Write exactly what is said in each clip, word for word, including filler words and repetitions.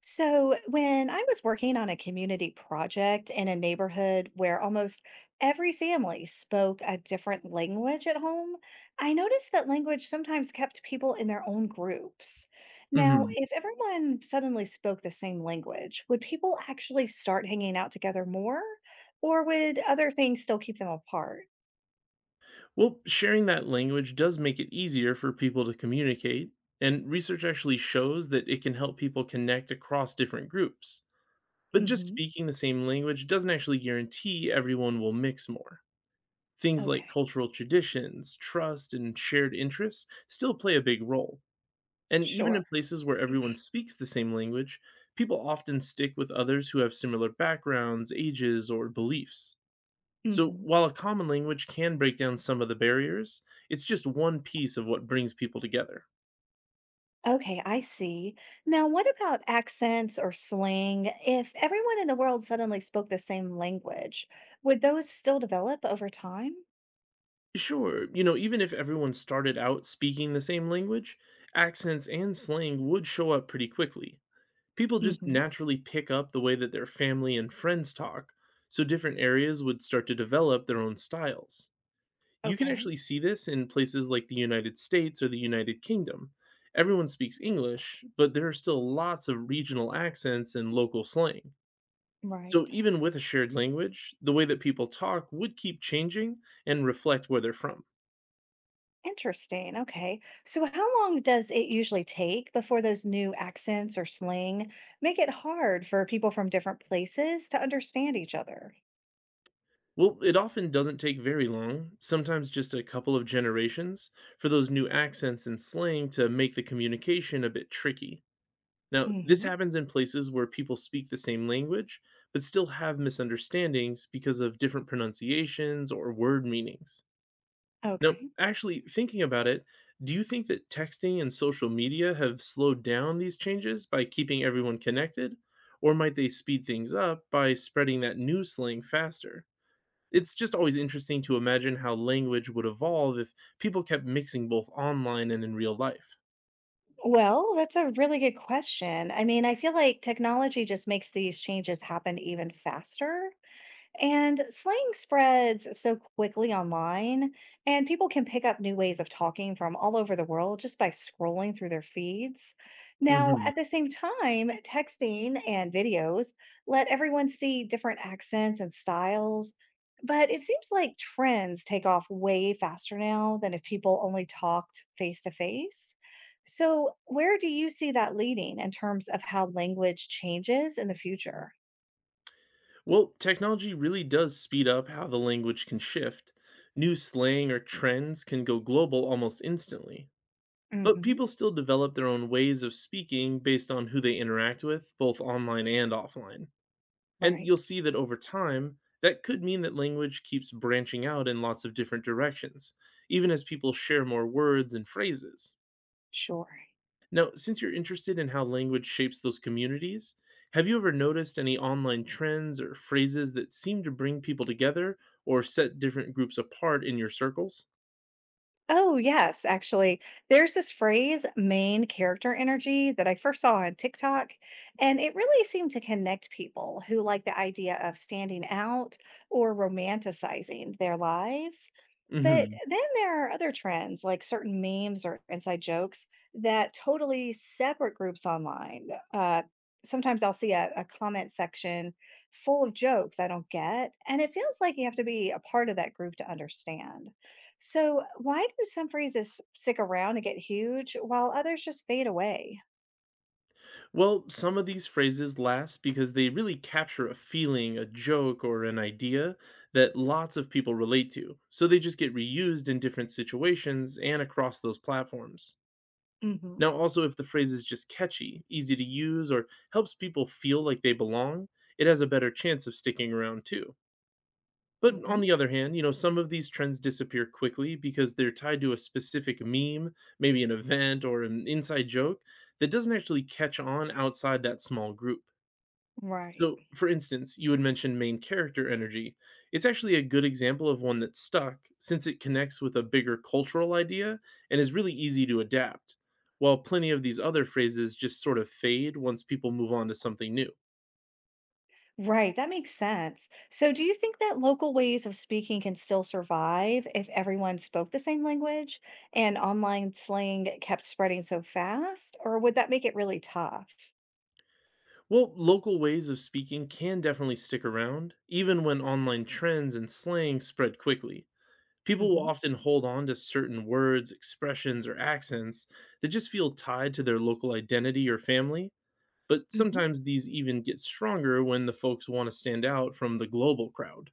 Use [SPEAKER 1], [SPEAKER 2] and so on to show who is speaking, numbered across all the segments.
[SPEAKER 1] So, when I was working on a community project in a neighborhood where almost every family spoke a different language at home, I noticed that language sometimes kept people in their own groups. Now,
[SPEAKER 2] Mhm.
[SPEAKER 1] if everyone suddenly spoke the same language, would people actually start hanging out together more, or would other things still keep them apart?
[SPEAKER 2] Well, sharing that language does make it easier for people to communicate, and research actually shows that it can help people connect across different groups. But just
[SPEAKER 1] Hmm.
[SPEAKER 2] speaking the same language doesn't actually guarantee everyone will mix more. Things like
[SPEAKER 1] Okay,
[SPEAKER 2] cultural traditions, trust, and shared interests still play a big role. And even
[SPEAKER 1] sure.
[SPEAKER 2] in places where everyone speaks the same language, people often stick with others who have similar backgrounds, ages, or beliefs. So,
[SPEAKER 1] Hmm.
[SPEAKER 2] while a common language can break down some of the barriers, it's just one piece of what brings people together.
[SPEAKER 1] Okay, I see. Now, what about accents or slang? If everyone in the world suddenly spoke the same language, would those still develop over time?
[SPEAKER 2] Sure, you know, even if everyone started out speaking the same language, accents and slang would show up pretty quickly. People just
[SPEAKER 1] Hmm.
[SPEAKER 2] naturally pick up the way that their family and friends talk, so different areas would start to develop their own styles. You can
[SPEAKER 1] Okay,
[SPEAKER 2] actually see this in places like the United States or the United Kingdom. Everyone speaks English, but there are still lots of regional accents and local slang. So,
[SPEAKER 1] right.
[SPEAKER 2] even with a shared language, the way that people talk would keep changing and reflect where they're from.
[SPEAKER 1] Interesting. Okay. So, how long does it usually take before those new accents or slang make it hard for people from different places to understand each other?
[SPEAKER 2] Well, it often doesn't take very long, sometimes just a couple of generations, for those new accents and slang to make the communication a bit tricky. Now, this
[SPEAKER 1] Hmm.
[SPEAKER 2] happens in places where people speak the same language, but still have misunderstandings because of different pronunciations or word meanings. Now,
[SPEAKER 1] Okay.
[SPEAKER 2] actually, thinking about it, do you think that texting and social media have slowed down these changes by keeping everyone connected? Or might they speed things up by spreading that new slang faster? It's just always interesting to imagine how language would evolve if people kept mixing both online and in real life.
[SPEAKER 1] Well, that's a really good question. I mean, I feel like technology just makes these changes happen even faster. And slang spreads so quickly online, and people can pick up new ways of talking from all over the world just by scrolling through their feeds. Now,
[SPEAKER 2] Mhm.
[SPEAKER 1] at the same time, texting and videos let everyone see different accents and styles. But it seems like trends take off way faster now than if people only talked face to face. So, where do you see that leading in terms of how language changes in the future?
[SPEAKER 2] Well, technology really does speed up how the language can shift. New slang or trends can go global almost instantly, but
[SPEAKER 1] Hmm.
[SPEAKER 2] people still develop their own ways of speaking based on who they interact with, both online and offline. And you'll
[SPEAKER 1] Right.
[SPEAKER 2] see that over time, that could mean that language keeps branching out in lots of different directions, even as people share more words and phrases.
[SPEAKER 1] Sure.
[SPEAKER 2] Now, since you're interested in how language shapes those communities, have you ever noticed any online trends or phrases that seem to bring people together or set different groups apart in your circles?
[SPEAKER 1] Oh, yes, actually. There's this phrase, main character energy, that I first saw on TikTok, and it really seemed to connect people who like the idea of standing out or romanticizing their lives.
[SPEAKER 2] Mm
[SPEAKER 1] But
[SPEAKER 2] hmm.
[SPEAKER 1] then there are other trends, like certain memes or inside jokes that totally separate groups online. Uh, sometimes I'll see a, a comment section full of jokes I don't get, and it feels like you have to be a part of that group to understand. So, why do some freezes stick around and get huge while others just fade away?
[SPEAKER 2] Well, some of these phrases last because they really capture a feeling, a joke, or an idea that lots of people relate to. So they just get reused in different situations and across those platforms.
[SPEAKER 1] Hmm.
[SPEAKER 2] Now, also, if the phrase is just catchy, easy to use, or helps people feel like they belong, it has a better chance of sticking around too. But
[SPEAKER 1] Hmm.
[SPEAKER 2] on the other hand, you know, some of these trends disappear quickly because they're tied to a specific meme, maybe an event or an inside joke that doesn't actually catch on outside that small group.
[SPEAKER 1] Right.
[SPEAKER 2] So, for instance, you had mentioned main character energy. It's actually a good example of one that stuck since it connects with a bigger cultural idea and is really easy to adapt, while plenty of these other phrases just sort of fade once people move on to something new.
[SPEAKER 1] Right, that makes sense. So, do you think that local ways of speaking can still survive if everyone spoke the same language and online slang kept spreading so fast, or would that make it really tough?
[SPEAKER 2] Well, local ways of speaking can definitely stick around, even when online trends and slang spread quickly. People will
[SPEAKER 1] Hmm.
[SPEAKER 2] often hold on to certain words, expressions, or accents that just feel tied to their local identity or family. But
[SPEAKER 1] Hmm.
[SPEAKER 2] sometimes these even get stronger when the folks want to stand out from the global crowd.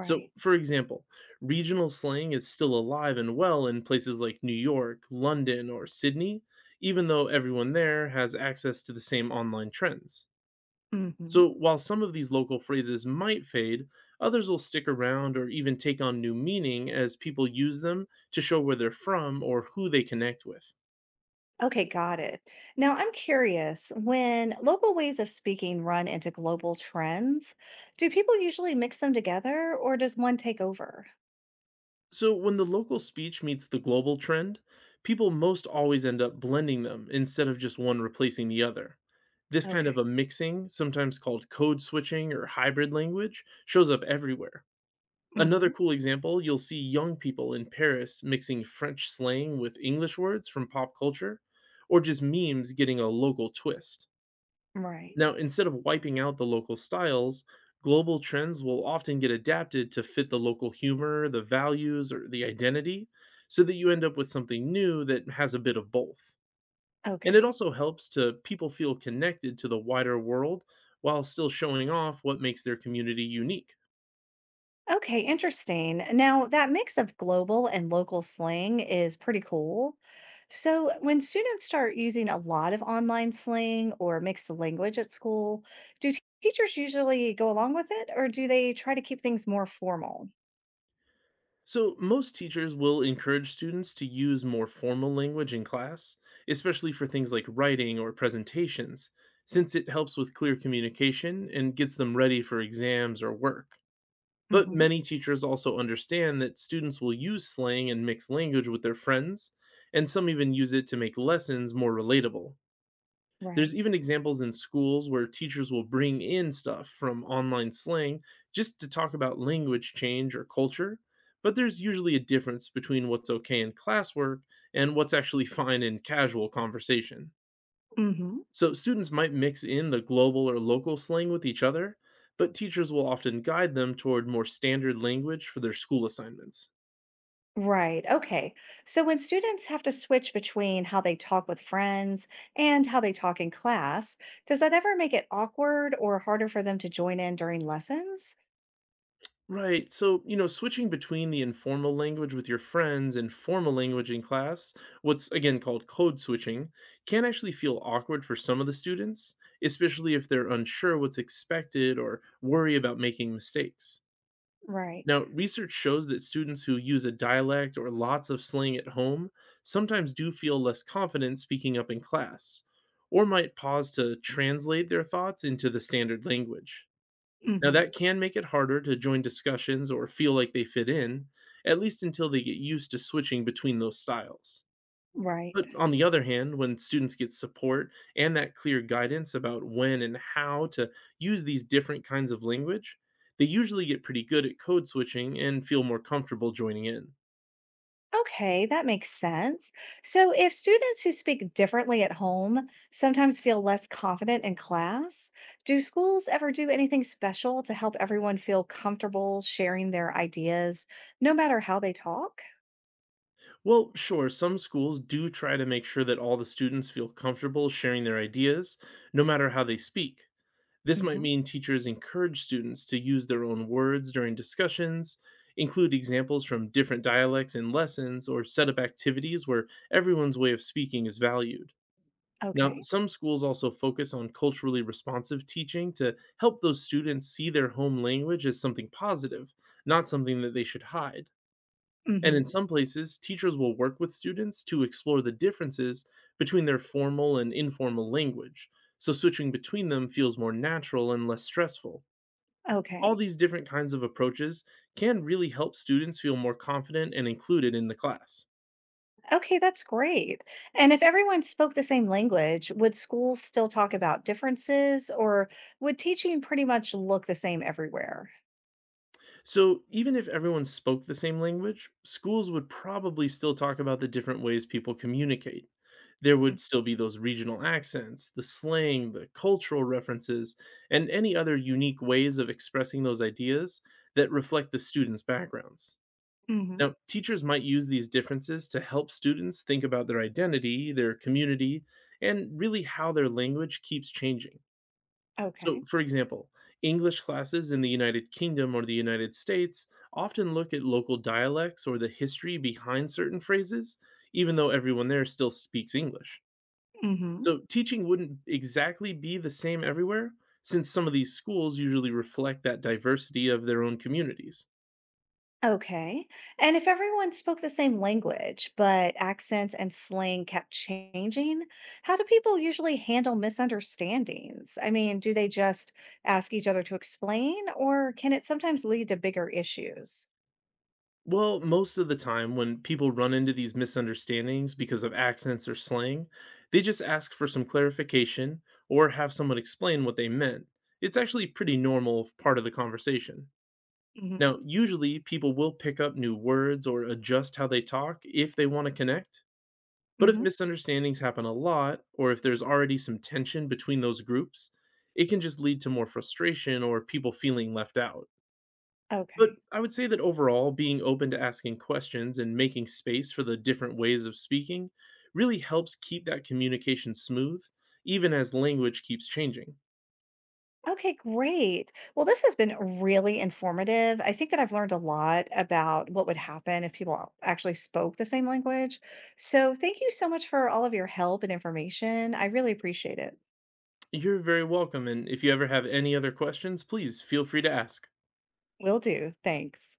[SPEAKER 2] So, for example, regional slang is still alive and well in places like New York, London, or Sydney, even though everyone there has access to the same online trends.
[SPEAKER 1] Hmm.
[SPEAKER 2] So, while some of these local phrases might fade, others will stick around or even take on new meaning as people use them to show where they're from or who they connect with.
[SPEAKER 1] Okay, got it. Now, I'm curious, when local ways of speaking run into global trends, do people usually mix them together, or does one take over?
[SPEAKER 2] So, when the local speech meets the global trend, people most always end up blending them instead of just one replacing the other. This kind
[SPEAKER 1] Okay.
[SPEAKER 2] of a mixing, sometimes called code switching or hybrid language, shows up everywhere.
[SPEAKER 1] Hmm.
[SPEAKER 2] Another cool example, you'll see young people in Paris mixing French slang with English words from pop culture, or just memes getting a local twist.
[SPEAKER 1] Right.
[SPEAKER 2] Now, instead of wiping out the local styles, global trends will often get adapted to fit the local humor, the values, or the identity, so that you end up with something new that has a bit of both. And it
[SPEAKER 1] Okay.
[SPEAKER 2] also helps to people feel connected to the wider world while still showing off what makes their community unique.
[SPEAKER 1] Okay, interesting. Now, that mix of global and local slang is pretty cool. So, when students start using a lot of online slang or mixed language at school, do t- teachers usually go along with it or do they try to keep things more formal?
[SPEAKER 2] So, most teachers will encourage students to use more formal language in class, especially for things like writing or presentations, since it helps with clear communication and gets them ready for exams or work. But
[SPEAKER 1] Hmm.
[SPEAKER 2] many teachers also understand that students will use slang and mixed language with their friends, and some even use it to make lessons more relatable. There's
[SPEAKER 1] Right.
[SPEAKER 2] even examples in schools where teachers will bring in stuff from online slang just to talk about language change or culture, but there's usually a difference between what's okay in classwork and what's actually fine in casual conversation.
[SPEAKER 1] Hmm.
[SPEAKER 2] So students might mix in the global or local slang with each other, but teachers will often guide them toward more standard language for their school assignments.
[SPEAKER 1] Right. Okay. So, when students have to switch between how they talk with friends and how they talk in class, does that ever make it awkward or harder for them to join in during lessons?
[SPEAKER 2] Right. So, you know, switching between the informal language with your friends and formal language in class, what's again called code switching, can actually feel awkward for some of the students, especially if they're unsure what's expected or worry about making mistakes.
[SPEAKER 1] Right.
[SPEAKER 2] Now, research shows that students who use a dialect or lots of slang at home sometimes do feel less confident speaking up in class, or might pause to translate their thoughts into the standard language. Now,
[SPEAKER 1] Hmm.
[SPEAKER 2] that can make it harder to join discussions or feel like they fit in, at least until they get used to switching between those styles.
[SPEAKER 1] Right.
[SPEAKER 2] But on the other hand, when students get support and that clear guidance about when and how to use these different kinds of language, they usually get pretty good at code switching and feel more comfortable joining in.
[SPEAKER 1] Okay, that makes sense. So, if students who speak differently at home sometimes feel less confident in class, do schools ever do anything special to help everyone feel comfortable sharing their ideas, no matter how they talk?
[SPEAKER 2] Well, sure, some schools do try to make sure that all the students feel comfortable sharing their ideas, no matter how they speak. This might
[SPEAKER 1] Hmm.
[SPEAKER 2] mean teachers encourage students to use their own words during discussions, include examples from different dialects in lessons, or set up activities where everyone's way of speaking is valued. Now,
[SPEAKER 1] Okay.
[SPEAKER 2] some schools also focus on culturally responsive teaching to help those students see their home language as something positive, not something that they should hide. And in
[SPEAKER 1] Hmm.
[SPEAKER 2] some places, teachers will work with students to explore the differences between their formal and informal language, so switching between them feels more natural and less stressful. All
[SPEAKER 1] Okay.
[SPEAKER 2] these different kinds of approaches can really help students feel more confident and included in the class.
[SPEAKER 1] Okay, that's great. And if everyone spoke the same language, would schools still talk about differences or would teaching pretty much look the same everywhere?
[SPEAKER 2] So, even if everyone spoke the same language, schools would probably still talk about the different ways people communicate. There would still be those regional accents, the slang, the cultural references, and any other unique ways of expressing those ideas that reflect the students' backgrounds.
[SPEAKER 1] Mm-hmm.
[SPEAKER 2] Now, teachers might use these differences to help students think about their identity, their community, and really how their language keeps changing. So,
[SPEAKER 1] Okay.
[SPEAKER 2] for example, English classes in the United Kingdom or the United States often look at local dialects or the history behind certain phrases, even though everyone there still speaks English.
[SPEAKER 1] Mm-hmm.
[SPEAKER 2] So, teaching wouldn't exactly be the same everywhere, since some of these schools usually reflect that diversity of their own communities.
[SPEAKER 1] Okay. And if everyone spoke the same language, but accents and slang kept changing, how do people usually handle misunderstandings? I mean, do they just ask each other to explain, or can it sometimes lead to bigger issues?
[SPEAKER 2] Well, most of the time when people run into these misunderstandings because of accents or slang, they just ask for some clarification or have someone explain what they meant. It's actually pretty normal f- part of the conversation.
[SPEAKER 1] Hmm.
[SPEAKER 2] Now, usually people will pick up new words or adjust how they talk if they want to connect. But if
[SPEAKER 1] Hmm.
[SPEAKER 2] misunderstandings happen a lot, or if there's already some tension between those groups, it can just lead to more frustration or people feeling left out. But
[SPEAKER 1] Okay.
[SPEAKER 2] I would say that overall, being open to asking questions and making space for the different ways of speaking really helps keep that communication smooth, even as language keeps changing.
[SPEAKER 1] Okay, great. Well, this has been really informative. I think that I've learned a lot about what would happen if people actually spoke the same language. So, thank you so much for all of your help and information. I really appreciate it.
[SPEAKER 2] You're very welcome, and if you ever have any other questions, please feel free to ask.
[SPEAKER 1] Will do. Thanks.